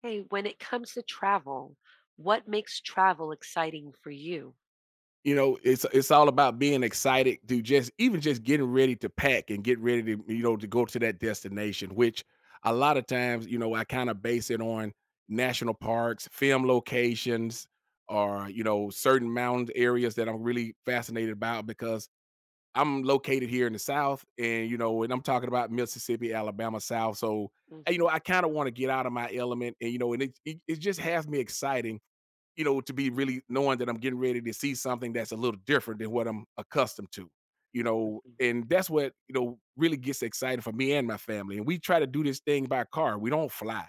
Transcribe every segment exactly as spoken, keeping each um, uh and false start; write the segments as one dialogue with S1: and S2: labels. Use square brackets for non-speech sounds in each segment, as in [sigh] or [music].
S1: Hey, when it comes to travel, what makes travel exciting for you?
S2: you know it's it's all about being excited to just even just getting ready to pack and get ready to you know to go to that destination which a lot of times, you know I kind of base it on national parks, film locations, or you know certain mountain areas that I'm really fascinated about because I'm located here in the South. And you know and I'm talking about Mississippi, Alabama, South. So uh, you know
S1: Mhm.
S2: I kind of want to get out of my element. And you know and it, it, it just has me excited, you know, to be really knowing that I'm getting ready to see something that's a little different than what I'm accustomed to. You know,
S1: Mhm.
S2: and that's what, you know, really gets excited for me and my family. And we try to do this thing by car. We don't fly.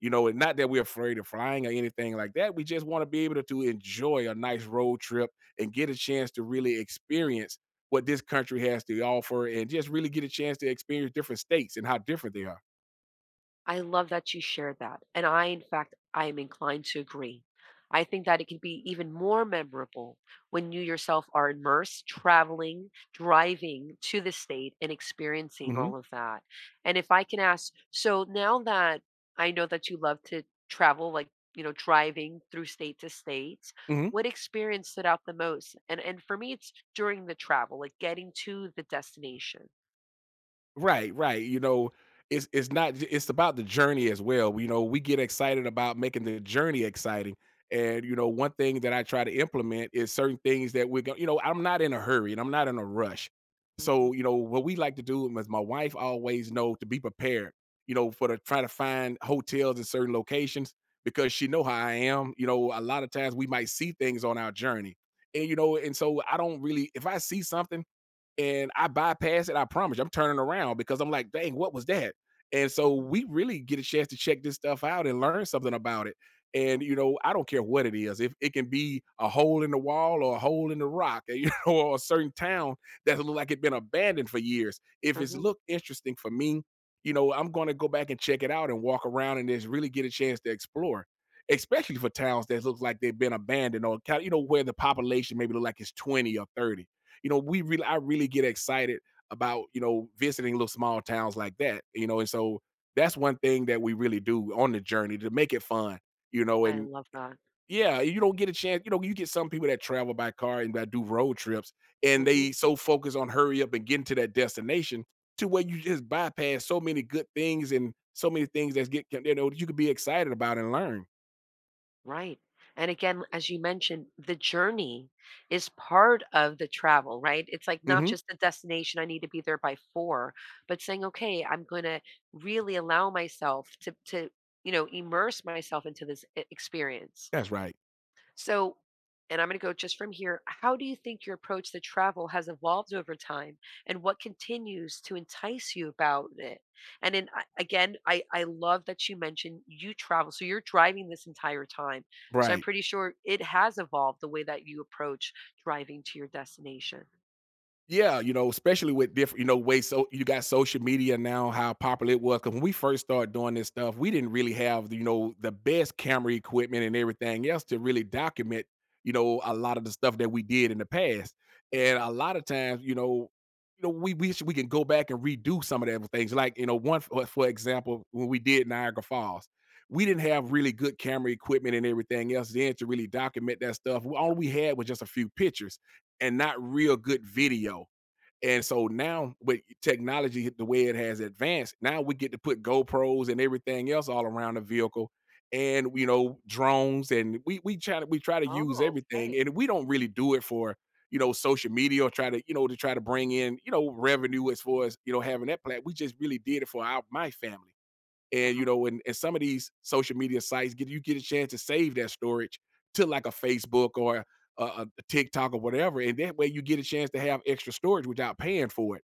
S2: you know, And not that we're afraid of flying or anything like that, we just want to be able to, to enjoy a nice road trip and get a chance to really experience what this country has to offer, and just really get a chance to experience different states and how different they are.
S1: I love that you shared that, and I, in fact, I am inclined to agree. I think that it can be even more memorable when you yourself are immersed, traveling, driving to the state and experiencing
S2: hmm
S1: all of that. And if I can ask, so now that I know that you love to travel, like, you know, driving through state to state,
S2: hmm
S1: what experience stood out the most? And and for me, it's during the travel, like getting to the destination.
S2: Right, right. You know, it's it's not j it's about the journey as well. You know, we get excited about making the journey exciting. And, you know, one thing that I try to implement is certain things that we're going. you know, I'm not in a hurry, and I'm not in a rush.
S1: Hmm.
S2: So, you know, what we like to do is my wife always know to be prepared, you know, for to try to find hotels in certain locations because she know how I am. You know, a lot of times we might see things on our journey, and, you know, and so I don't really, if I see something and I bypass it, I promise you, I'm turning around because I'm like, dang, what was that? And so
S1: Hmm.
S2: we really get a chance to check this stuff out and learn something about it. And you know, I don't care what it is. If it can be a hole in the wall or a hole in the rock, eh, [laughs] you know, or a certain town that look like it's been abandoned for years. If it's
S1: Hmm.
S2: looked interesting for me, you know, I'm going to go back and check it out and walk around and just really get a chance to explore. Especially for towns that look like they've been abandoned, or kind of, you know, where the population maybe look like it's twenty or thirty. you know, we really I really get excited about, you know, visiting little small towns like that. You know, and So that's one thing that we really do on the journey to make it fun. You know,
S1: I
S2: and
S1: love that.
S2: Yeah, you don't get a chance. You know, you get some people that travel by car and that do road trips, and
S1: Mhm.
S2: they so focus on hurry up and getting to that destination, to where you just bypass so many good things and so many things that's get, you know you could be excited about and learn.
S1: Right. And again, as you mentioned, the journey is part of the travel, right? It's like not
S2: Mhm.
S1: just the destination, I need to be there by four, but saying, okay, I'm going to really allow myself to, to, you know, immerse myself into this e- experience.
S2: That's right.
S1: So, and I'm going to go just from here. How do you think your approach to travel has evolved over time, and what continues to entice you about it? And then I- again, I I love that you mentioned you travel, so you're driving this entire time. So I'm
S2: Right.
S1: pretty sure it has evolved the way that you approach driving to your destination.
S2: Yeah, you know, especially with different, you know, ways. So you got social media now, how popular it was. Cause when we first started doing this stuff, we didn't really have, you know, the best camera equipment and everything else to really document, you know, a lot of the stuff that we did in the past. And
S1: Mhm.
S2: a lot of times, you know, you know, we wish we can go back and redo some of those things. Like, you know, one for, for example, when we did Niagara Falls, we didn't have really good camera equipment and everything else then to really document that stuff. All we had was just a few pictures and not real good video. And so now with technology the way it has advanced, now we get to put GoPros and everything else all around the vehicle, and you know, drones, and we we try to we try to use
S1: Oh,
S2: everything.
S1: okay.
S2: And we don't really do it for, you know social media or try to, you know to try to bring in, you know revenue as far as you know having that plat. We just really did it for our my family.
S1: Uh
S2: And you
S1: huh.
S2: know, and, and some of these social media sites get, you get a chance to save that storage to like a Facebook or a, a, a TikTok or whatever, and that way you get a chance to have extra storage without paying for it,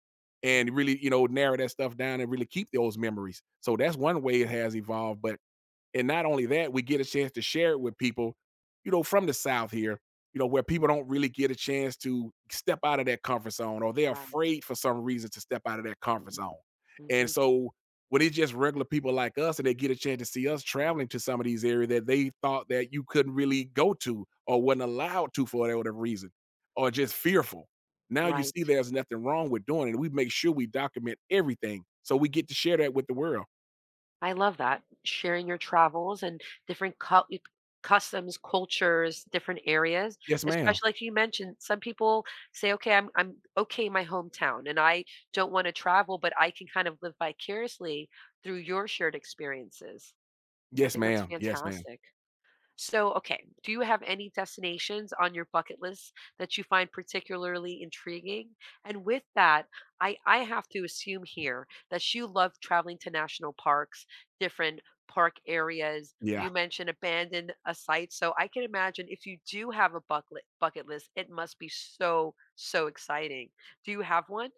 S2: and really, you know narrow that stuff down and really keep those memories. So that's one way it has evolved. But and not only that, we get a chance to share it with people, you know, from the South here, you know, where people don't really get a chance to step out of that comfort zone, or they're
S1: Right.
S2: afraid for some reason to step out of that comfort zone. And
S1: Hmm.
S2: so when it's just regular people like us, and they get a chance to see us traveling to some of these areas that they thought that you couldn't really go to or wasn't allowed to for whatever reason, or just fearful. Now you see
S1: Right.
S2: there's nothing wrong with doing it. We make sure we document everything so we get to share that with the world.
S1: I love that. Sharing your travels and different cul customs, cultures, different areas,
S2: Yes, ma'am.
S1: especially like you mentioned, some people say, okay, I'm, I'm okay in my hometown and I don't want to travel, but I can kind of live vicariously through your shared experiences. I
S2: Yes,
S1: think that's
S2: ma'am. Yes, ma'am.
S1: fantastic. So, okay, do you have any destinations on your bucket list that you find particularly intriguing? And with that, I, I have to assume here that you love traveling to national parks, different park areas.
S2: Yeah.
S1: You mentioned abandoned a site. So I can imagine if you do have a bucket bucket list, it must be so, so exciting. Do you have one?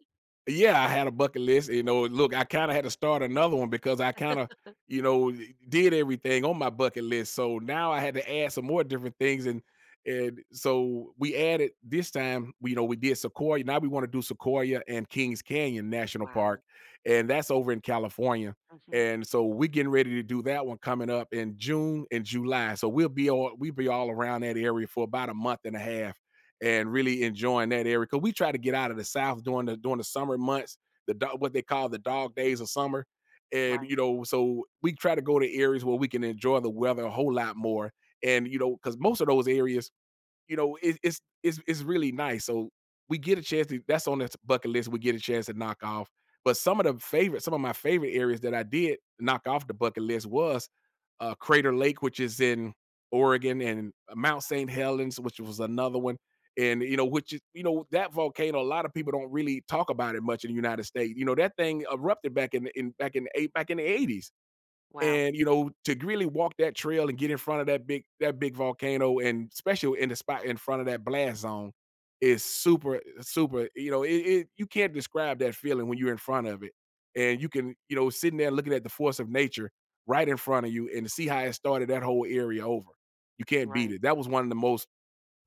S2: Yeah, I had a bucket list. You know, look, I kinda had to start another one because I kinda, you know, did everything on my bucket list, so now I had to add some more different things. And and so we added this time, we you know, we did Sequoia. Now we wanna do Sequoia and Kings Canyon National Park,
S1: Wow.
S2: and that's over in California,
S1: Hmm.
S2: and so we're getting ready to do that one coming up in June and July, so we'll be all we'll be all around that area for about a month and a half, and really enjoying that area. Cause we try to get out of the South during the during the summer months, the what they call the dog days of summer. And you
S1: Right.
S2: know, so we try to go to areas where we can enjoy the weather a whole lot more. And you know, because most of those areas, you know, it, it's it's it's really nice. So we get a chance to, that's on the bucket list, we get a chance to knock off. But some of the favorite, some of my favorite areas that I did knock off the bucket list was uh, Crater Lake, which is in Oregon, and uh, Mount saint Helens, which was another one. And you know, which is, you know, that volcano, a lot of people don't really talk about it much in the United States. You know, that thing erupted back in in back in the eight back in the eighties.
S1: Wow.
S2: And, you know, to really walk that trail and get in front of that big that big volcano, and especially in the spot in front of that blast zone, is super, super, you know, it it you can't describe that feeling when you're in front of it. And you can, you know, sitting there looking at the force of nature right in front of you, and to see how it started that whole area over. You can't beat
S1: Right.
S2: it. That was one of the most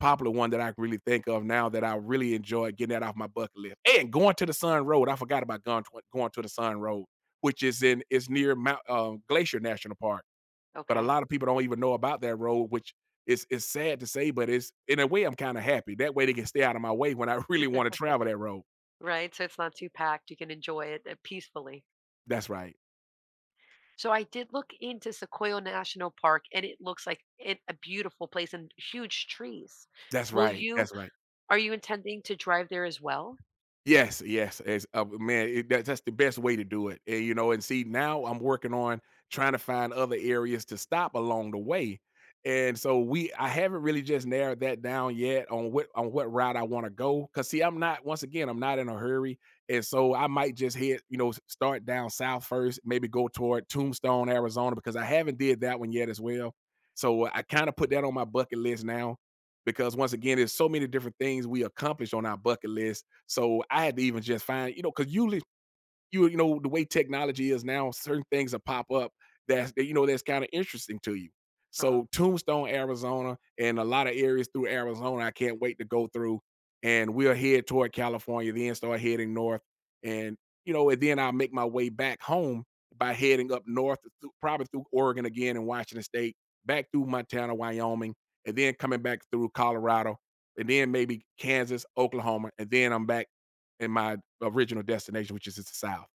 S2: popular one that I really think of now that I really enjoy getting that off my bucket list. And Going to the Sun Road, I forgot about going to, going to the Sun Road, which is in is near Mount uh, Glacier National Park. But a
S1: Okay.
S2: lot of people don't even know about that road, which is is sad to say, but it's in a way I'm kind of happy. That way they can stay out of my way when I [laughs] really want to
S1: [laughs]
S2: travel that road.
S1: Right. So it's not too packed. You can enjoy it uh, peacefully.
S2: That's right.
S1: So I did look into Sequoia National Park and it looks like it, a beautiful place and huge trees.
S2: That's
S1: Will
S2: right.
S1: you
S2: That's right.
S1: Are you intending to drive there as well?
S2: Yes, yes, as uh, man, it, that, that's the best way to do it. And you know, and see, now I'm working on trying to find other areas to stop along the way. And so we, I haven't really just narrowed that down yet on what on what route I want to go. Cause see, I'm not once again, I'm not in a hurry, and so I might just head, you know, s- start down south first, maybe go toward Tombstone, Arizona, because I haven't did that one yet as well. So uh, I kind of put that on my bucket list now, because once again, there's so many different things we accomplish on our bucket list, so I had to even just find, you know, because usually you you know, the way technology is now, certain things that pop up that's that, you know that's kind of interesting to you.
S1: Oh,
S2: So Tombstone, Arizona, and a lot of areas through Arizona, I can't wait to go through. And we'll head toward California, then start heading north, and you know, and then I'll make my way back home by heading up north, through, probably through Oregon again and Washington State, back through Montana, Wyoming, and then coming back through Colorado, and then maybe Kansas, Oklahoma, and then I'm back in my original destination, which is the South.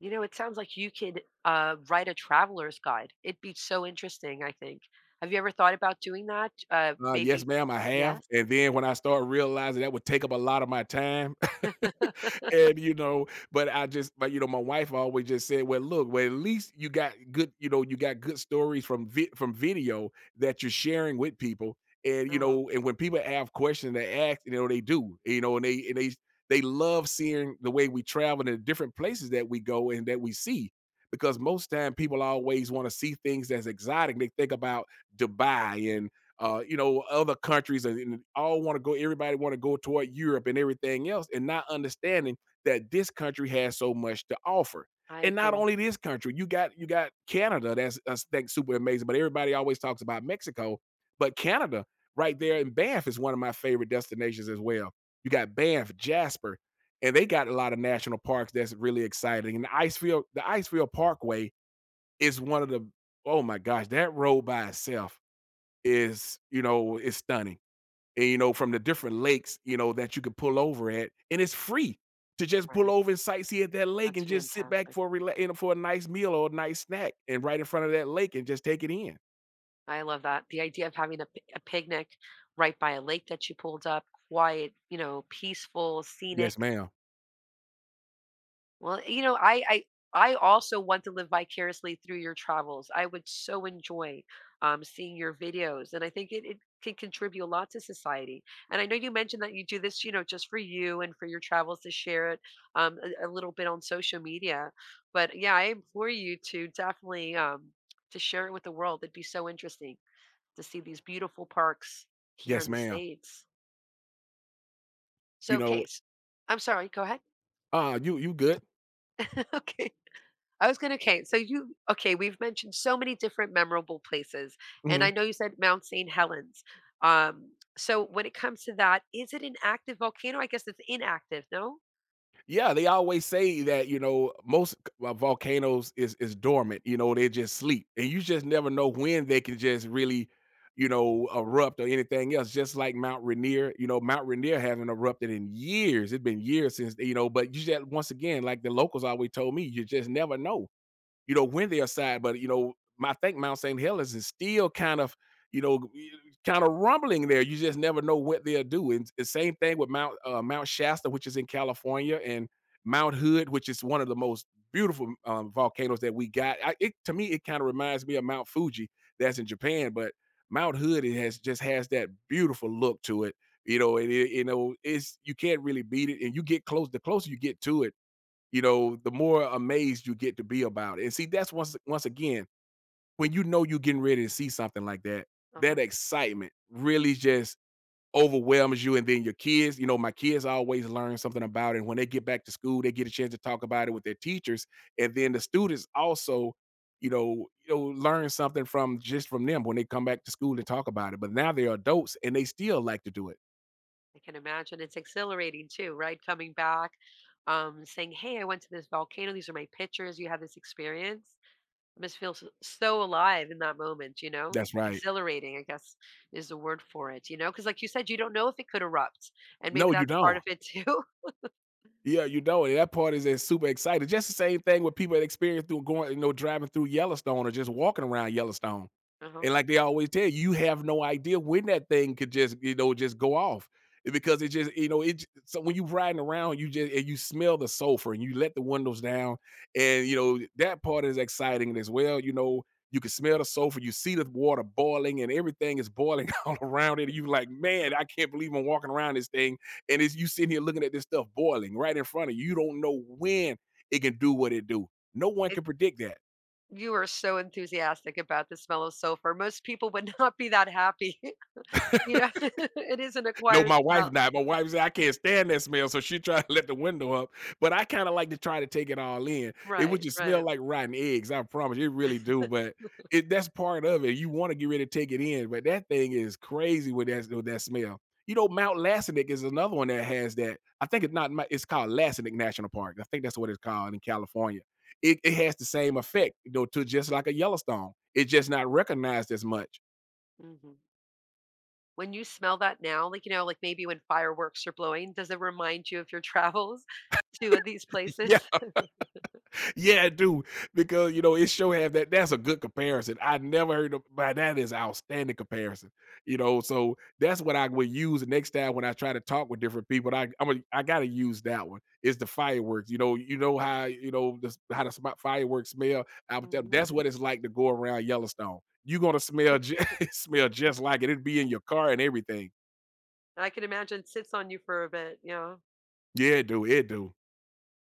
S1: you know, it sounds like you could uh, write a traveler's guide. It'd be so interesting, I think. Have you ever thought about doing that? Uh,
S2: Uh, yes,
S1: maybe,
S2: ma'am, I have,
S1: yes?
S2: and then when I started realizing that would take up a lot of my time,
S1: [laughs]
S2: [laughs] and you know, but I just, but you know, my wife always just said, "Well, look, well, at least you got good, you know, you got good stories from vi- from video that you're sharing with people." And you
S1: Oh,
S2: know, and when people have questions, they ask, you know, they do, you know, and they and they they love seeing the way we travel and the different places that we go and that we see. Because most time people always want to see things that's exotic. They think about Dubai, uh, you know, other countries, and, and all want to go, everybody want to go toward Europe and everything else, and not understanding that this country has so much to offer.
S1: I
S2: And not
S1: agree.
S2: only this country, you got you got Canada that's that's, that's super amazing, but everybody always talks about Mexico, but Canada right there in Banff is one of my favorite destinations as well. You got Banff, Jasper, and they got a lot of national parks that's really exciting. And the Icefield, the Icefield Parkway is one of the oh my gosh, that road by itself is, you know, is stunning. And, you know, from the different lakes, you know, that you could pull over at, and it's free to just pull
S1: Right.
S2: over and sightsee at that lake
S1: That's
S2: and just sit back
S1: fantastic.
S2: for a rela you know, for a nice meal or a nice snack and right in front of that lake and just take it in.
S1: I love that. The idea of having a, pi- a picnic right by a lake that you pulled up, quiet, you know, peaceful, scenic.
S2: Yes, ma'am.
S1: Well, you know, I I I also want to live vicariously through your travels. I would so enjoy um, seeing your videos, and I think it, it can contribute a lot to society. And I know you mentioned that you do this, you know, just for you and for your travels to share it um, a, a little bit on social media. But yeah, I implore you to definitely um, to share it with the world. It'd be so interesting to see these beautiful parks here
S2: Yes,
S1: in the
S2: ma'am.
S1: states.
S2: You
S1: So,
S2: know,
S1: case, I'm sorry. Go ahead.
S2: "Ah, you you good."
S1: [laughs] Okay. I was gonna okay, so you okay, we've mentioned so many different memorable places, and I
S2: Mhm.
S1: know you said Mount Saint Helens. Um, so when it comes to that, is it an active volcano? I guess it's inactive, no?
S2: Yeah, they always say that, you know, most uh, volcanoes is is dormant, you know, they just sleep, and you just never know when they can just really, you know, erupt or anything else, just like Mount Rainier, you know, Mount Rainier has not erupted in years, it's been years since, you know, but you just once again, like the locals always told me, you just never know you know, when they are signed. But you know, I think Mount Saint Helens is still kind of, you know, kind of rumbling there. You just never know what they'll do. And the same thing with Mount uh, Mount Shasta, which is in California, and Mount Hood, which is one of the most beautiful um, volcanoes that we got. I, it to me, it kind of reminds me of Mount Fuji that's in Japan, but Mount Hood it has just has that beautiful look to it. You know, and it, you know, it's you can't really beat it. And you get close. The closer you get to it, you know, the more amazed you get to be about it. And see, that's once once again, when you know you're getting ready to see something like that,
S1: Uh-huh.
S2: that excitement really just overwhelms you. And then your kids, you know, my kids always learn something about it. And when they get back to school, they get a chance to talk about it with their teachers. And then the students also, you know, you know, learn something from just from them when they come back to school and talk about it. But now they're adults and they still like to do it.
S1: I can imagine it's exhilarating too, right? Coming back, um, saying, "Hey, I went to this volcano. These are my pictures. You had this experience." I must feel so, so alive in that moment, you know?
S2: That's right.
S1: Exhilarating, I guess, is the word for it, you know? Because like you said, you don't know if it could erupt, and maybe
S2: No, you
S1: that's part
S2: don't.
S1: of it too. [laughs]
S2: Yeah, you know it. That part is, is super exciting. Just the same thing with people that experience through going, you know, driving through Yellowstone or just walking around Yellowstone.
S1: Uh-huh.
S2: And like they always tell you, you have no idea when that thing could just, you know, just go off. It- Because it just, you know, it j- so when you riding around, you just and you smell the sulfur and you let the windows down. And you know, that part is exciting as well. You know, you can smell the sulfur, you see the water boiling and everything is boiling [laughs] all around it. You like, man, I can't believe I'm walking around this thing and it's you sitting here looking at this stuff boiling right in front of you. You don't know when it can do what it do. No one can predict that.
S1: You are so enthusiastic about the smell of sulfur. Most people would [laughs] not be that happy. [laughs] You know, [laughs] it is an
S2: No,
S1: acquired
S2: my wife
S1: smell.
S2: not. My wife said I can't stand that smell, so she try to let the window up. But I kind of like to try to take it all in. It would
S1: Right,
S2: just smell
S1: right.
S2: like rotten eggs. I promise, you, it really do. But it that's part of it. You want to get ready to take it in, but that thing is crazy with that with that smell. You know, Mount Lassenick is another one that has that. I think it's not. Mount- It's called Lassenick National Park. I think that's what it's called in California. It, it has the same effect, you know, to just like a Yellowstone. It's just not recognized as much.
S1: Mhm. When you smell that now, like, you know, like maybe when fireworks are blowing, does it remind you of your travels [laughs] to uh, these places?
S2: [laughs]
S1: [laughs]
S2: Yeah, I do. Because you know, it sure have that that's a good comparison. I never heard of but that is outstanding comparison. You know, so that's what I would use the next time when I try to talk with different people. I I'm a, I gotta use that one. It's the fireworks. You know, you know how you know this how the sm- fireworks smell. I would tell them
S1: Mhm.
S2: that's what it's like to go around Yellowstone. You're gonna smell ju- [laughs] smell just like it. It'd be in your car and everything.
S1: I can imagine it sits on you for a bit, yeah.
S2: Yeah, it do. It do.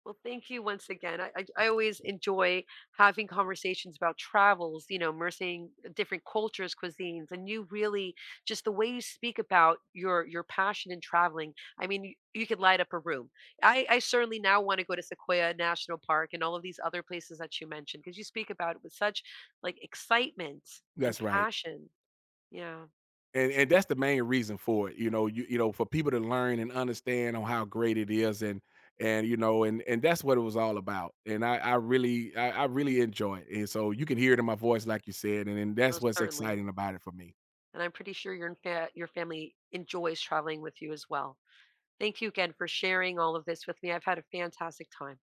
S1: Well, thank you once again. I, I, I always enjoy having conversations about travels, you know, immersing uh, different cultures, cuisines, and you really just the way you speak about your your passion in traveling. I mean, you, you could light up a room. I, I certainly now want to go to Sequoia National Park and all of these other places that you mentioned because you speak about it with such like excitement and
S2: That's right.
S1: passion. Yeah,
S2: And and that's the main reason for it, you know, you you know, for people to learn and understand on how great it is and and you know, and and that's what it was all about. And I I really I, I really enjoy it. And so you can hear it in my voice like you said, and, and that's
S1: most
S2: what's
S1: certainly.
S2: exciting about it for me.
S1: And I'm pretty sure your fa- your family enjoys traveling with you as well. Thank you again for sharing all of this with me. I've had a fantastic time.